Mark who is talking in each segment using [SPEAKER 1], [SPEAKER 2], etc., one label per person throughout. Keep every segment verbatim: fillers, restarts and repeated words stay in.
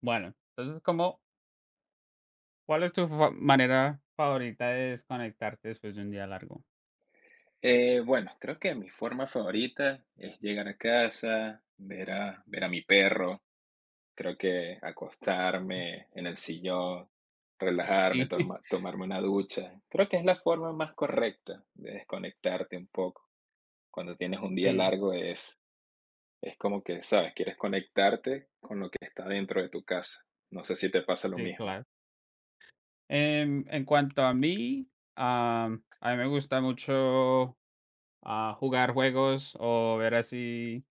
[SPEAKER 1] Bueno, entonces, ¿cómo cuál es tu fa manera favorita de desconectarte después de un día largo?
[SPEAKER 2] Eh, bueno, creo que mi forma favorita es llegar a casa, ver a, ver a mi perro, creo que acostarme en el sillón, relajarme,
[SPEAKER 1] Sí,
[SPEAKER 2] torma- tomarme una ducha. Creo que es la forma más correcta de desconectarte un poco. Cuando tienes un día
[SPEAKER 1] sí,
[SPEAKER 2] largo es, es como que, sabes, quieres conectarte con lo que está dentro de tu casa. No sé si te pasa lo
[SPEAKER 1] sí,
[SPEAKER 2] mismo.
[SPEAKER 1] claro. Em, en cuanto a mí, am, a mí me gusta mucho, ah, jugar juegos o ver así,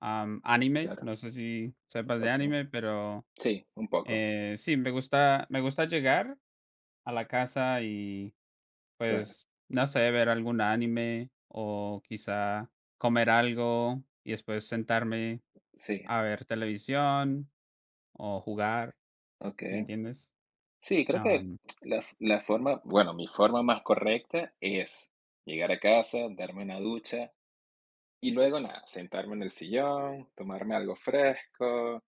[SPEAKER 1] am, anime.
[SPEAKER 2] Claro,
[SPEAKER 1] No sé si sepas de
[SPEAKER 2] ok.
[SPEAKER 1] anime, pero,
[SPEAKER 2] Sí, un poco,
[SPEAKER 1] eh, sí, me gusta me gusta llegar a la casa y,
[SPEAKER 2] claro.
[SPEAKER 1] pues, no sé, ver algún anime o quizá comer algo y después sentarme
[SPEAKER 2] Sí,
[SPEAKER 1] a ver televisión o jugar, ¿sí me
[SPEAKER 2] ok.
[SPEAKER 1] entiendes?
[SPEAKER 2] Sí, creo que
[SPEAKER 1] Am,
[SPEAKER 2] la f la forma bueno, mi forma más correcta es llegar a casa, darme una ducha y luego nada, sentarme en el sillón, tomarme algo fresco,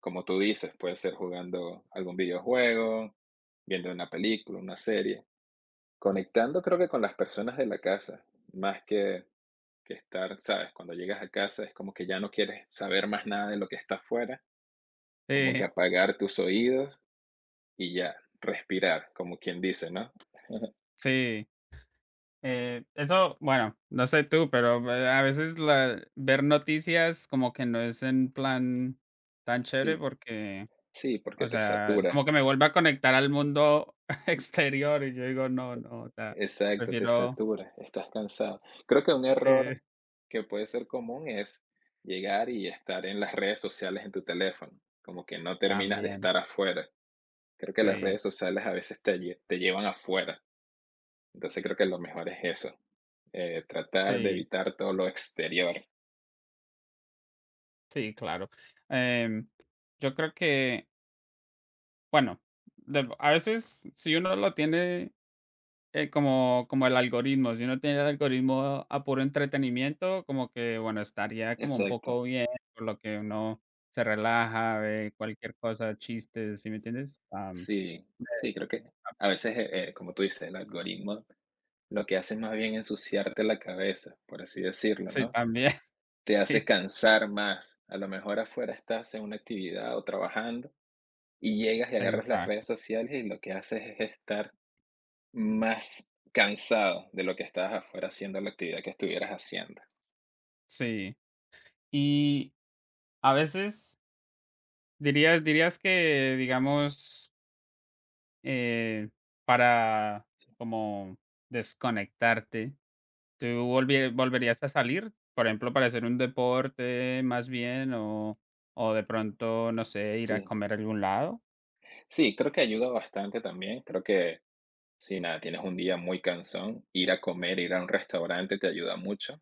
[SPEAKER 2] como tú dices, puede ser jugando algún videojuego, viendo una película, una serie, conectando creo que con las personas de la casa, más que que estar, ¿sabes? Cuando llegas a casa es como que ya no quieres saber más nada de lo que está afuera, como que
[SPEAKER 1] sí,
[SPEAKER 2] apagar tus oídos y ya, respirar, como quien dice, ¿no?
[SPEAKER 1] sí, eh, eso, bueno, no sé tú, pero eh, a veces la ver noticias como que no es en plan tan chévere
[SPEAKER 2] Sí.
[SPEAKER 1] porque,
[SPEAKER 2] Sí,
[SPEAKER 1] o
[SPEAKER 2] porque te
[SPEAKER 1] sea, como
[SPEAKER 2] satura.
[SPEAKER 1] que me vuelve a conectar al mundo exterior y yo digo: "No, no", o sea,
[SPEAKER 2] Exacto, te
[SPEAKER 1] prefiero
[SPEAKER 2] satura, estás cansado. Creo que un
[SPEAKER 1] sí,
[SPEAKER 2] error que puede ser común es llegar y estar en las redes sociales en tu teléfono, como que no terminas de
[SPEAKER 1] también,
[SPEAKER 2] estar afuera. Creo que las
[SPEAKER 1] sí,
[SPEAKER 2] redes sociales a veces te, lle- te llevan afuera, entonces creo que lo mejor es eso, eh, tratar de
[SPEAKER 1] sí,
[SPEAKER 2] evitar todo lo exterior.
[SPEAKER 1] sí, claro, em, yo creo que, bueno, de a veces si uno lo tiene Eh, como como el algoritmo, si uno tiene el algoritmo a puro entretenimiento, como que, bueno, estaría como un
[SPEAKER 2] Exacto.
[SPEAKER 1] poco bien, por lo que uno se relaja, ve cualquier cosa, chistes, ¿sí me entiendes? Am,
[SPEAKER 2] Sí,
[SPEAKER 1] de
[SPEAKER 2] sí, creo que
[SPEAKER 1] ah,
[SPEAKER 2] a veces, eh, eh, como tú dices, el algoritmo lo que hace es más bien ensuciarte la cabeza, por así decirlo,
[SPEAKER 1] sí,
[SPEAKER 2] ¿no?
[SPEAKER 1] también,
[SPEAKER 2] Te hace
[SPEAKER 1] sí,
[SPEAKER 2] cansar más. A lo mejor afuera estás en una actividad o trabajando y llegas y
[SPEAKER 1] ahí
[SPEAKER 2] agarras las
[SPEAKER 1] está,
[SPEAKER 2] redes sociales y lo que haces es estar más cansado de lo que estabas afuera haciendo la actividad que estuvieras haciendo.
[SPEAKER 1] sí. Y a veces dirías dirías que, digamos, eh, para como desconectarte, ¿tú volvie volverías a salir? Por ejemplo, para hacer un deporte más bien o o de pronto, no sé, ir a
[SPEAKER 2] Sí.
[SPEAKER 1] comer a algún lado.
[SPEAKER 2] Sí, creo que ayuda bastante también. Creo que si nada, tienes un día muy cansón, ir a comer, ir a un restaurante te ayuda mucho.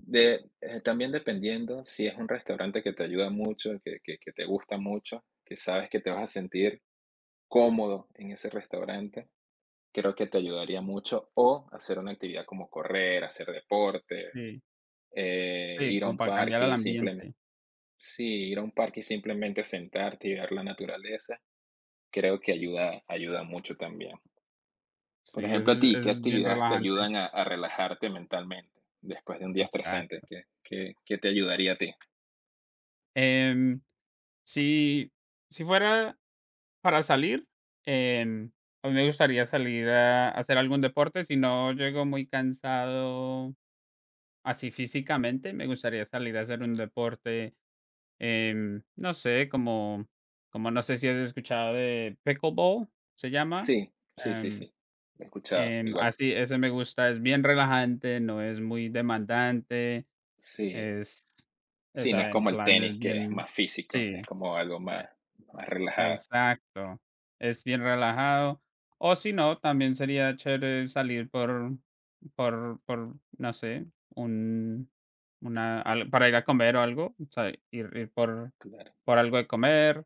[SPEAKER 2] De, eh, también dependiendo si es un restaurante que te ayuda mucho, que, que, que te gusta mucho, que sabes que te vas a sentir cómodo en ese restaurante, creo que te ayudaría mucho. O hacer una actividad como correr, hacer deportes,
[SPEAKER 1] Sí,
[SPEAKER 2] eh,
[SPEAKER 1] sí,
[SPEAKER 2] ir a
[SPEAKER 1] como
[SPEAKER 2] un
[SPEAKER 1] para cambiar
[SPEAKER 2] parque
[SPEAKER 1] el
[SPEAKER 2] y simplemente,
[SPEAKER 1] ambiente.
[SPEAKER 2] sí, ir a un parque y simplemente sentarte y ver la naturaleza, creo que ayuda, ayuda mucho también. Por
[SPEAKER 1] Sí, eso
[SPEAKER 2] ejemplo, a
[SPEAKER 1] es
[SPEAKER 2] ti,
[SPEAKER 1] eso
[SPEAKER 2] ¿qué
[SPEAKER 1] es bien
[SPEAKER 2] actividades te
[SPEAKER 1] relajante.
[SPEAKER 2] ayudan a, a relajarte mentalmente después de un día estresante?
[SPEAKER 1] Exacto.
[SPEAKER 2] ¿Qué, qué, qué te ayudaría a ti?
[SPEAKER 1] Em, si si fuera para salir, em, a mí me gustaría salir a hacer algún deporte, si no llego muy cansado así físicamente, me gustaría salir a hacer un deporte. Em, no sé, como como no sé si has escuchado de pickleball, ¿se llama?
[SPEAKER 2] Sí, sí, sí,
[SPEAKER 1] Em,
[SPEAKER 2] sí. Lo he escuchado.
[SPEAKER 1] em,
[SPEAKER 2] Igual,
[SPEAKER 1] así, ese me gusta, es bien relajante, no es muy demandante,
[SPEAKER 2] sí.
[SPEAKER 1] es, o
[SPEAKER 2] Sí, no es
[SPEAKER 1] sea, en
[SPEAKER 2] como el
[SPEAKER 1] plan
[SPEAKER 2] tenis,
[SPEAKER 1] es
[SPEAKER 2] que es
[SPEAKER 1] bien
[SPEAKER 2] más físico, es
[SPEAKER 1] sí,
[SPEAKER 2] como algo más, más relajado.
[SPEAKER 1] exacto, es bien relajado. O si no, también sería chévere salir por por por, no sé, un una al para ir a comer o algo, o sea, ir ir por
[SPEAKER 2] Claro,
[SPEAKER 1] por algo de comer.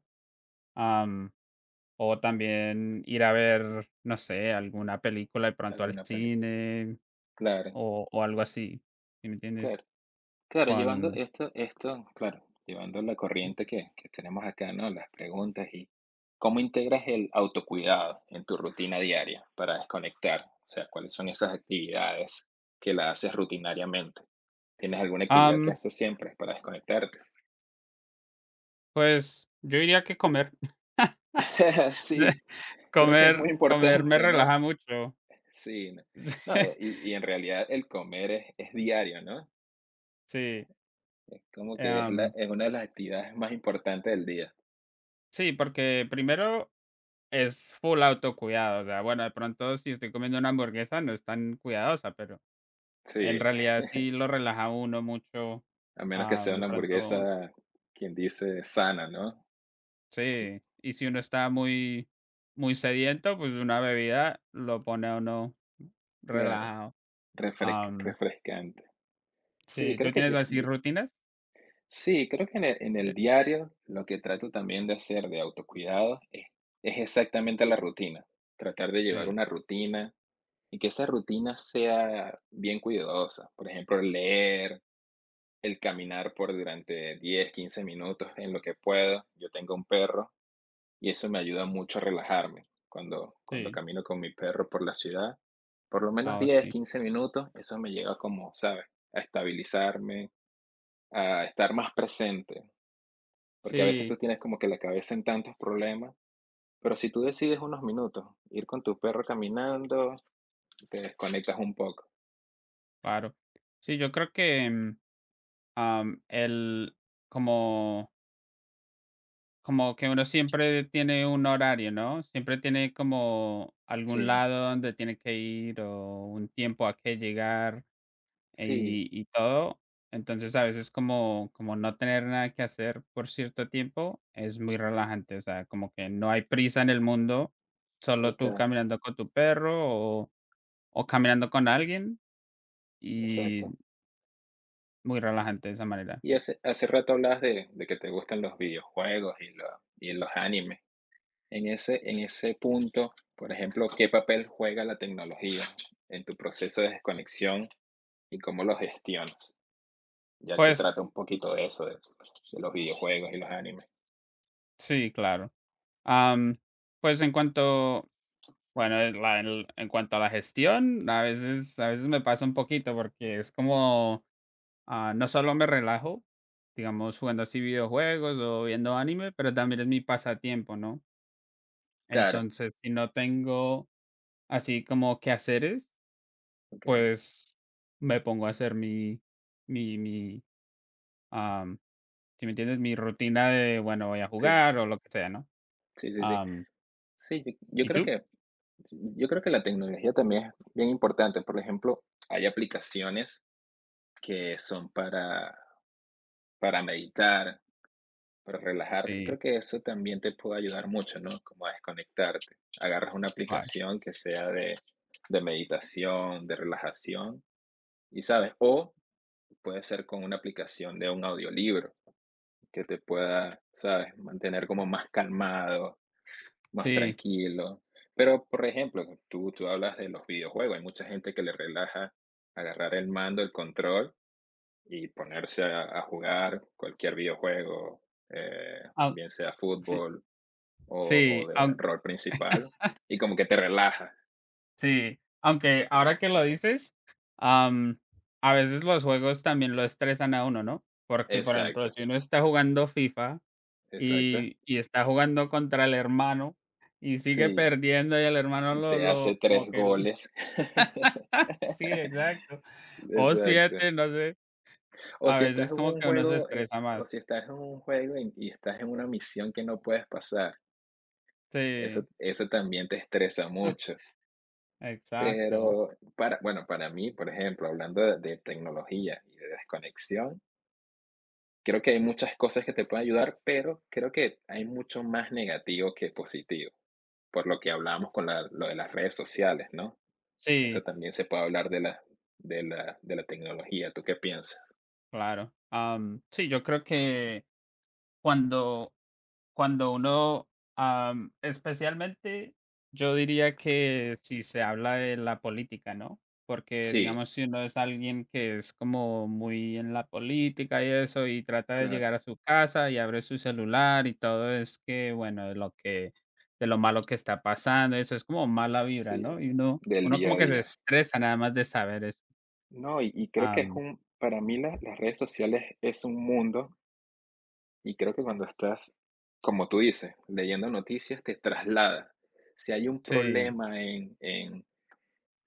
[SPEAKER 1] Am, o también ir a ver, no sé, alguna película de pronto al
[SPEAKER 2] alguna película.
[SPEAKER 1] cine
[SPEAKER 2] Claro,
[SPEAKER 1] o o algo así, ¿sí me entiendes?
[SPEAKER 2] claro. Claro, llevando
[SPEAKER 1] Con
[SPEAKER 2] esto esto, claro, llevando la
[SPEAKER 1] sí.
[SPEAKER 2] corriente que que tenemos acá, ¿no? Las preguntas y ¿cómo integras el autocuidado en tu rutina diaria para desconectar? O sea, ¿cuáles son esas actividades que la haces rutinariamente? ¿Tienes alguna actividad que
[SPEAKER 1] Am,
[SPEAKER 2] haces siempre para desconectarte?
[SPEAKER 1] pues, yo diría que comer. De-
[SPEAKER 2] Sí, creo que es muy
[SPEAKER 1] Comer comer me
[SPEAKER 2] importante, ¿no?
[SPEAKER 1] relaja mucho.
[SPEAKER 2] Sí, no, no, y y en realidad el comer es es diario, ¿no?
[SPEAKER 1] Sí,
[SPEAKER 2] Es como
[SPEAKER 1] sí,
[SPEAKER 2] que es la
[SPEAKER 1] am,
[SPEAKER 2] es una de las actividades más importantes del día.
[SPEAKER 1] sí, porque primero es full autocuidado, o sea, bueno, de pronto si estoy comiendo una hamburguesa no es tan cuidadosa, pero en
[SPEAKER 2] Sí.
[SPEAKER 1] realidad sí lo relaja a uno mucho,
[SPEAKER 2] A menos que
[SPEAKER 1] am,
[SPEAKER 2] sea
[SPEAKER 1] de
[SPEAKER 2] una
[SPEAKER 1] pronto
[SPEAKER 2] hamburguesa, quien dice sana, ¿no? Sí,
[SPEAKER 1] sí, y si uno está muy, muy sediento, pues una bebida lo pone a uno
[SPEAKER 2] claro,
[SPEAKER 1] relajado.
[SPEAKER 2] refresc-
[SPEAKER 1] Am,
[SPEAKER 2] refrescante. Sí,
[SPEAKER 1] sí,
[SPEAKER 2] creo
[SPEAKER 1] ¿tú
[SPEAKER 2] que
[SPEAKER 1] tienes
[SPEAKER 2] yo-
[SPEAKER 1] así
[SPEAKER 2] yo-
[SPEAKER 1] rutinas?
[SPEAKER 2] sí, creo que en el, en
[SPEAKER 1] Ya,
[SPEAKER 2] el diario lo que trato también de hacer de autocuidado es, es exactamente la rutina. Tratar de llevar
[SPEAKER 1] sí,
[SPEAKER 2] una rutina y que esa rutina sea bien cuidadosa. Por ejemplo, leer, el caminar por durante diez a quince minutos en lo que puedo. Yo tengo un perro y eso me ayuda mucho a relajarme. Cuando, cuando
[SPEAKER 1] sí,
[SPEAKER 2] camino con mi perro por la ciudad, por lo menos
[SPEAKER 1] ah, oh,
[SPEAKER 2] diez
[SPEAKER 1] sí,
[SPEAKER 2] quince minutos, eso me llega como, ¿sabes? A estabilizarme, a estar más presente, porque a veces tú
[SPEAKER 1] sí,
[SPEAKER 2] tienes como que la cabeza en tantos problemas, pero si tú decides unos minutos ir con tu perro caminando, te desconectas un poco.
[SPEAKER 1] claro. Sí, yo creo que, mm, am, el como como que uno siempre tiene un horario, ¿no? Siempre tiene como algún
[SPEAKER 2] Sí,
[SPEAKER 1] lado donde tiene que ir o un tiempo a qué llegar.
[SPEAKER 2] sí,
[SPEAKER 1] Y y todo. Entonces, a veces como como no tener nada que hacer por cierto tiempo es muy relajante, o sea, como que no hay prisa en el mundo, solo tú
[SPEAKER 2] total,
[SPEAKER 1] caminando con tu perro o o caminando con alguien, y
[SPEAKER 2] exacto.
[SPEAKER 1] muy relajante de esa manera.
[SPEAKER 2] Y hace, hace rato hablabas de, de que te gustan los videojuegos y, lo- y los animes. En ese, en ese punto, por ejemplo, ¿qué papel juega la tecnología en tu proceso de desconexión y cómo lo gestionas? Ya que trata
[SPEAKER 1] Pues
[SPEAKER 2] un poquito de eso, de, de los videojuegos y los animes.
[SPEAKER 1] sí, claro. Am, pues en cuanto bueno, en la el en cuanto a la gestión, a veces a veces me pasa un poquito porque es como ah, no solo me relajo, digamos, jugando así videojuegos o viendo anime, pero también es mi pasatiempo, ¿no?
[SPEAKER 2] Claro,
[SPEAKER 1] Entonces, si no tengo así como quehaceres,
[SPEAKER 2] ok.
[SPEAKER 1] pues me pongo a hacer mi, mi, mi, am, si me entiendes, mi rutina de, bueno, voy a
[SPEAKER 2] Sí,
[SPEAKER 1] jugar o lo que sea, ¿no?
[SPEAKER 2] sí, sí, sí.
[SPEAKER 1] Am,
[SPEAKER 2] Sí, yo, yo
[SPEAKER 1] ¿y
[SPEAKER 2] creo
[SPEAKER 1] tú?
[SPEAKER 2] que, yo creo que la tecnología también es bien importante. Por ejemplo, hay aplicaciones que son para, para meditar, para relajarte. Y
[SPEAKER 1] Sí,
[SPEAKER 2] creo que eso también te puede ayudar mucho, ¿no? Como a desconectarte. Agarras una
[SPEAKER 1] ah,
[SPEAKER 2] aplicación que sea de, de meditación, de relajación, y sabes, o puede ser con una aplicación de un audiolibro que te pueda, sabes, mantener como más calmado, más
[SPEAKER 1] sí,
[SPEAKER 2] tranquilo. Pero, por ejemplo, tú, tú hablas de los videojuegos, hay mucha gente que le relaja agarrar el mando, el control y ponerse a, a jugar cualquier videojuego, eh,
[SPEAKER 1] au-
[SPEAKER 2] bien sea
[SPEAKER 1] sí,
[SPEAKER 2] fútbol o
[SPEAKER 1] sí,
[SPEAKER 2] o de
[SPEAKER 1] aun-
[SPEAKER 2] rol principal, y como que te relaja.
[SPEAKER 1] sí, aunque ahora que lo dices, am, a veces los juegos también lo estresan a uno, ¿no? Porque, por ejemplo,
[SPEAKER 2] Exacto,
[SPEAKER 1] si uno está jugando FIFA
[SPEAKER 2] exacto.
[SPEAKER 1] y y está jugando contra el hermano y sigue
[SPEAKER 2] Sí,
[SPEAKER 1] perdiendo, y el hermano
[SPEAKER 2] y
[SPEAKER 1] lo
[SPEAKER 2] te hace
[SPEAKER 1] lo como
[SPEAKER 2] tres
[SPEAKER 1] que l
[SPEAKER 2] goles.
[SPEAKER 1] sí, exacto, o
[SPEAKER 2] Exacto.
[SPEAKER 1] siete, no sé,
[SPEAKER 2] O
[SPEAKER 1] a
[SPEAKER 2] si estás
[SPEAKER 1] veces
[SPEAKER 2] en
[SPEAKER 1] como
[SPEAKER 2] un
[SPEAKER 1] que uno se
[SPEAKER 2] juego, eh,
[SPEAKER 1] estresa
[SPEAKER 2] o
[SPEAKER 1] más.
[SPEAKER 2] si estás en un juego y y estás en una misión que no puedes pasar, eso
[SPEAKER 1] Sí,
[SPEAKER 2] eso también te estresa mucho.
[SPEAKER 1] exacto.
[SPEAKER 2] Pero para bueno, para mí, por ejemplo, hablando de de tecnología y de desconexión, creo que hay muchas cosas que te pueden ayudar, pero creo que hay mucho más negativo que positivo, por lo que hablábamos con la- lo de las redes sociales, ¿no? Eso
[SPEAKER 1] Sí,
[SPEAKER 2] también se puede hablar de la, de la, de la tecnología. ¿Tú qué piensas?
[SPEAKER 1] claro. Am, sí, yo creo que cuando cuando uno, am, especialmente, yo diría que si se habla de la política, ¿no? Porque,
[SPEAKER 2] Sí,
[SPEAKER 1] digamos, si uno es alguien que es como muy en la política y eso, y trata de llegar
[SPEAKER 2] claro,
[SPEAKER 1] a su casa y abre su celular y todo es que, bueno, de lo que de lo malo que está pasando, eso es como mala vibra,
[SPEAKER 2] sí,
[SPEAKER 1] ¿no? Y uno
[SPEAKER 2] del
[SPEAKER 1] uno
[SPEAKER 2] día
[SPEAKER 1] como
[SPEAKER 2] a
[SPEAKER 1] que se
[SPEAKER 2] día.
[SPEAKER 1] estresa nada más de saber eso.
[SPEAKER 2] No, y, y creo que es
[SPEAKER 1] Am,
[SPEAKER 2] un, para mí la- las redes sociales es un mundo y creo que cuando estás, como tú dices, leyendo noticias, te traslada. Si hay un
[SPEAKER 1] sí,
[SPEAKER 2] problema en, en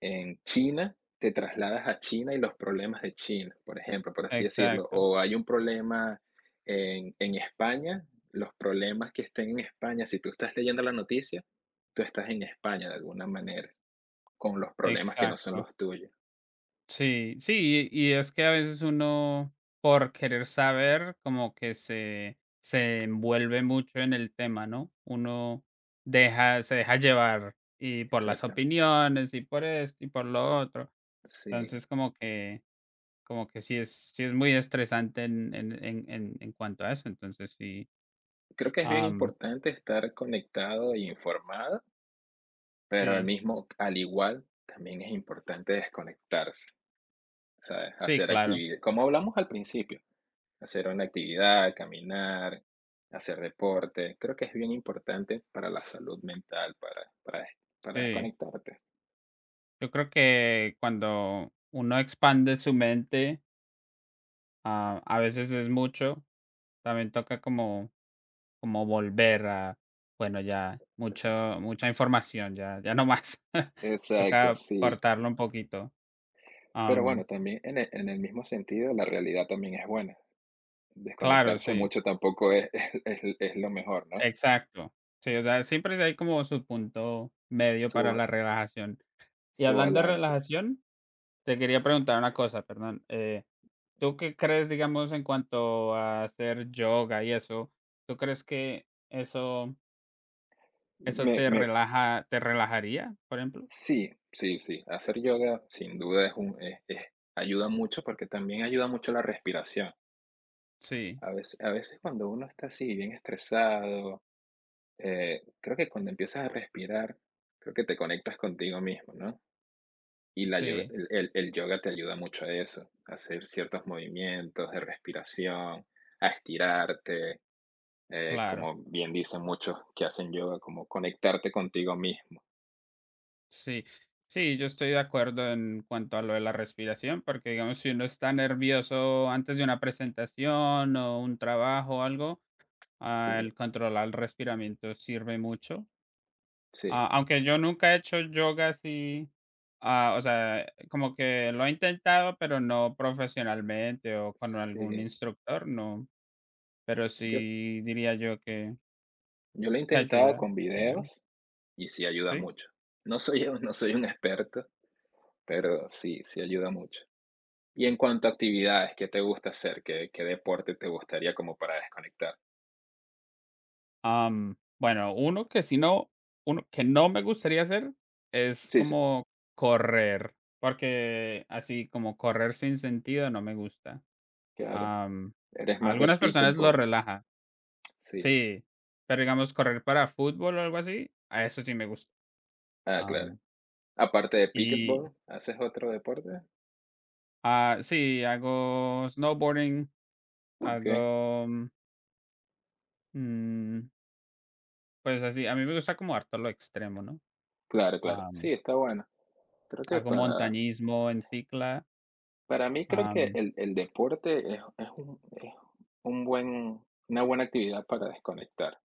[SPEAKER 2] en China, te trasladas a China y los problemas de China, por ejemplo, por así decirlo.
[SPEAKER 1] exacto,
[SPEAKER 2] O hay un problema en, en España, los problemas que estén en España, si tú estás leyendo la noticia, tú estás en España de alguna manera, con los problemas que no son
[SPEAKER 1] exacto.
[SPEAKER 2] los tuyos.
[SPEAKER 1] Sí, sí, y y es que a veces uno, por querer saber, como que se se envuelve mucho en el tema, ¿no? Uno deja se deja llevar, y por las
[SPEAKER 2] Exacto.
[SPEAKER 1] opiniones, y por esto, y por lo otro.
[SPEAKER 2] Sí.
[SPEAKER 1] Entonces, como que como que sí es sí es muy estresante en en en en en cuanto a eso. Entonces sí,
[SPEAKER 2] Creo que es bien
[SPEAKER 1] am,
[SPEAKER 2] importante estar conectado e informado, pero al
[SPEAKER 1] sí,
[SPEAKER 2] mismo, al igual, también es importante desconectarse, ¿sabes?
[SPEAKER 1] sí,
[SPEAKER 2] Hacer
[SPEAKER 1] claro,
[SPEAKER 2] actividades, como hablamos al principio hacer una actividad, caminar, hacer deporte. Creo que es bien importante para la salud mental, para, para, des- para
[SPEAKER 1] sí.
[SPEAKER 2] desconectarte.
[SPEAKER 1] Yo creo que cuando uno expande su mente, ah, a veces es mucho también toca como como volver a bueno, ya
[SPEAKER 2] Eso.
[SPEAKER 1] mucho mucha información, ya ya no más.
[SPEAKER 2] Exacto,
[SPEAKER 1] Toca
[SPEAKER 2] sí.
[SPEAKER 1] cortarlo un poquito.
[SPEAKER 2] Pero bueno,
[SPEAKER 1] Am,
[SPEAKER 2] también en el, en el mismo sentido, la realidad también es buena.
[SPEAKER 1] claro,
[SPEAKER 2] Desconectarse
[SPEAKER 1] sí,
[SPEAKER 2] mucho tampoco es, es, es lo mejor, ¿no?
[SPEAKER 1] exacto. Sí, o sea, siempre hay como su punto medio para
[SPEAKER 2] Su,
[SPEAKER 1] la relajación. Y
[SPEAKER 2] su
[SPEAKER 1] hablando de
[SPEAKER 2] balance.
[SPEAKER 1] relajación, te quería preguntar una cosa, perdón. Eh, ¿tú qué crees, digamos, en cuanto a hacer yoga y eso? ¿Tú crees que eso eso
[SPEAKER 2] Me,
[SPEAKER 1] te
[SPEAKER 2] me,
[SPEAKER 1] relaja te relajaría, por ejemplo?
[SPEAKER 2] sí, sí, sí. Hacer yoga sin duda es un, es- es- ayuda mucho porque también ayuda mucho la respiración.
[SPEAKER 1] Sí,
[SPEAKER 2] A veces, a veces cuando uno está así, bien estresado, eh, creo que cuando empiezas a respirar, creo que te conectas contigo mismo, ¿no? Y la yoga-
[SPEAKER 1] sí.
[SPEAKER 2] el, el- el yoga te ayuda mucho a eso, a hacer ciertos movimientos de respiración, a estirarte, eh,
[SPEAKER 1] Claro,
[SPEAKER 2] como bien dicen muchos que hacen yoga, como conectarte contigo mismo.
[SPEAKER 1] sí. Sí, yo estoy de acuerdo en cuanto a lo de la respiración, porque digamos, si uno está nervioso antes de una presentación o un trabajo o algo, ah,
[SPEAKER 2] Sí,
[SPEAKER 1] el controlar el respiramiento sirve mucho.
[SPEAKER 2] sí,
[SPEAKER 1] Ah, aunque yo nunca he hecho yoga así, ah, o sea, como que lo he intentado, pero no profesionalmente o con algún
[SPEAKER 2] sí.
[SPEAKER 1] instructor, no. Pero
[SPEAKER 2] Yo,
[SPEAKER 1] sí diría yo que,
[SPEAKER 2] yo lo he
[SPEAKER 1] que
[SPEAKER 2] intentado
[SPEAKER 1] ayuda.
[SPEAKER 2] con
[SPEAKER 1] Que ayuda,
[SPEAKER 2] videos y sí ayuda
[SPEAKER 1] ¿sí?
[SPEAKER 2] mucho. No soy, un- no soy un experto, pero sí, sí ayuda mucho. Y en cuanto a actividades, ¿qué te gusta hacer? ¿Qué, qué deporte te gustaría como para desconectar?
[SPEAKER 1] Am, bueno, uno que si no uno que no me gustaría hacer es
[SPEAKER 2] Sí, sí,
[SPEAKER 1] como correr, porque así como correr sin sentido no me gusta.
[SPEAKER 2] claro.
[SPEAKER 1] Am,
[SPEAKER 2] Eres
[SPEAKER 1] a
[SPEAKER 2] más de
[SPEAKER 1] algunas personas lo
[SPEAKER 2] pickleball.
[SPEAKER 1] relaja,
[SPEAKER 2] Sí.
[SPEAKER 1] sí, pero digamos correr para fútbol o algo así, a eso sí me gusta.
[SPEAKER 2] Ah, claro.
[SPEAKER 1] Am,
[SPEAKER 2] Aparte de
[SPEAKER 1] y,
[SPEAKER 2] pickleball, ¿haces otro deporte?
[SPEAKER 1] ah, sí, hago snowboarding,
[SPEAKER 2] Ok.
[SPEAKER 1] hago, mm, pues así, a mí me gusta como harto lo extremo, ¿no?
[SPEAKER 2] Claro, claro.
[SPEAKER 1] Am,
[SPEAKER 2] Sí, está bueno. Creo que
[SPEAKER 1] hago
[SPEAKER 2] para,
[SPEAKER 1] montañismo en cicla,
[SPEAKER 2] para mí creo que el, el deporte es, es un, es un buen, una buena actividad para desconectar.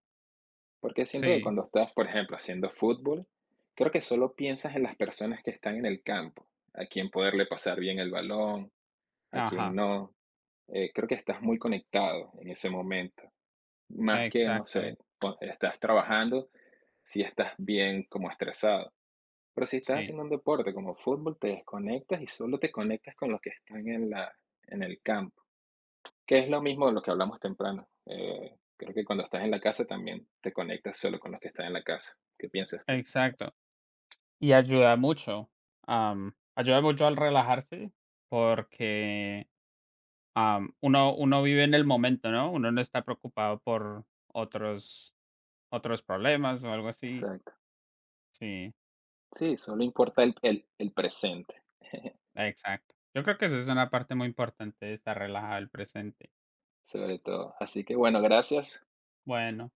[SPEAKER 2] Porque siento que
[SPEAKER 1] sí,
[SPEAKER 2] cuando estás, por ejemplo, haciendo fútbol, creo que solo piensas en las personas que están en el campo, a quién poderle pasar bien el balón a quien
[SPEAKER 1] ajá,
[SPEAKER 2] no. Eh, creo que estás muy conectado en ese momento. Más que, no sé,
[SPEAKER 1] exactamente,
[SPEAKER 2] cu- estás trabajando, si estás bien como estresado. Pero si estás
[SPEAKER 1] sí,
[SPEAKER 2] haciendo un deporte como fútbol, te desconectas y solo te conectas con los que están en la, en el campo, que es lo mismo de lo que hablamos temprano. Eh, creo que cuando estás en la casa también te conectas solo con los que están en la casa. ¿Qué piensas tú?
[SPEAKER 1] exacto. Y ayuda mucho, am, ayuda mucho al relajarse porque, am, uno uno vive en el momento, ¿no? Uno no está preocupado por otros otros problemas o algo así.
[SPEAKER 2] Exacto.
[SPEAKER 1] Sí,
[SPEAKER 2] Sí, solo importa el, el, el presente,
[SPEAKER 1] exacto. Yo creo que eso es una parte muy importante de estar relajado, el presente.
[SPEAKER 2] sobre todo. Así que bueno, gracias
[SPEAKER 1] Bueno.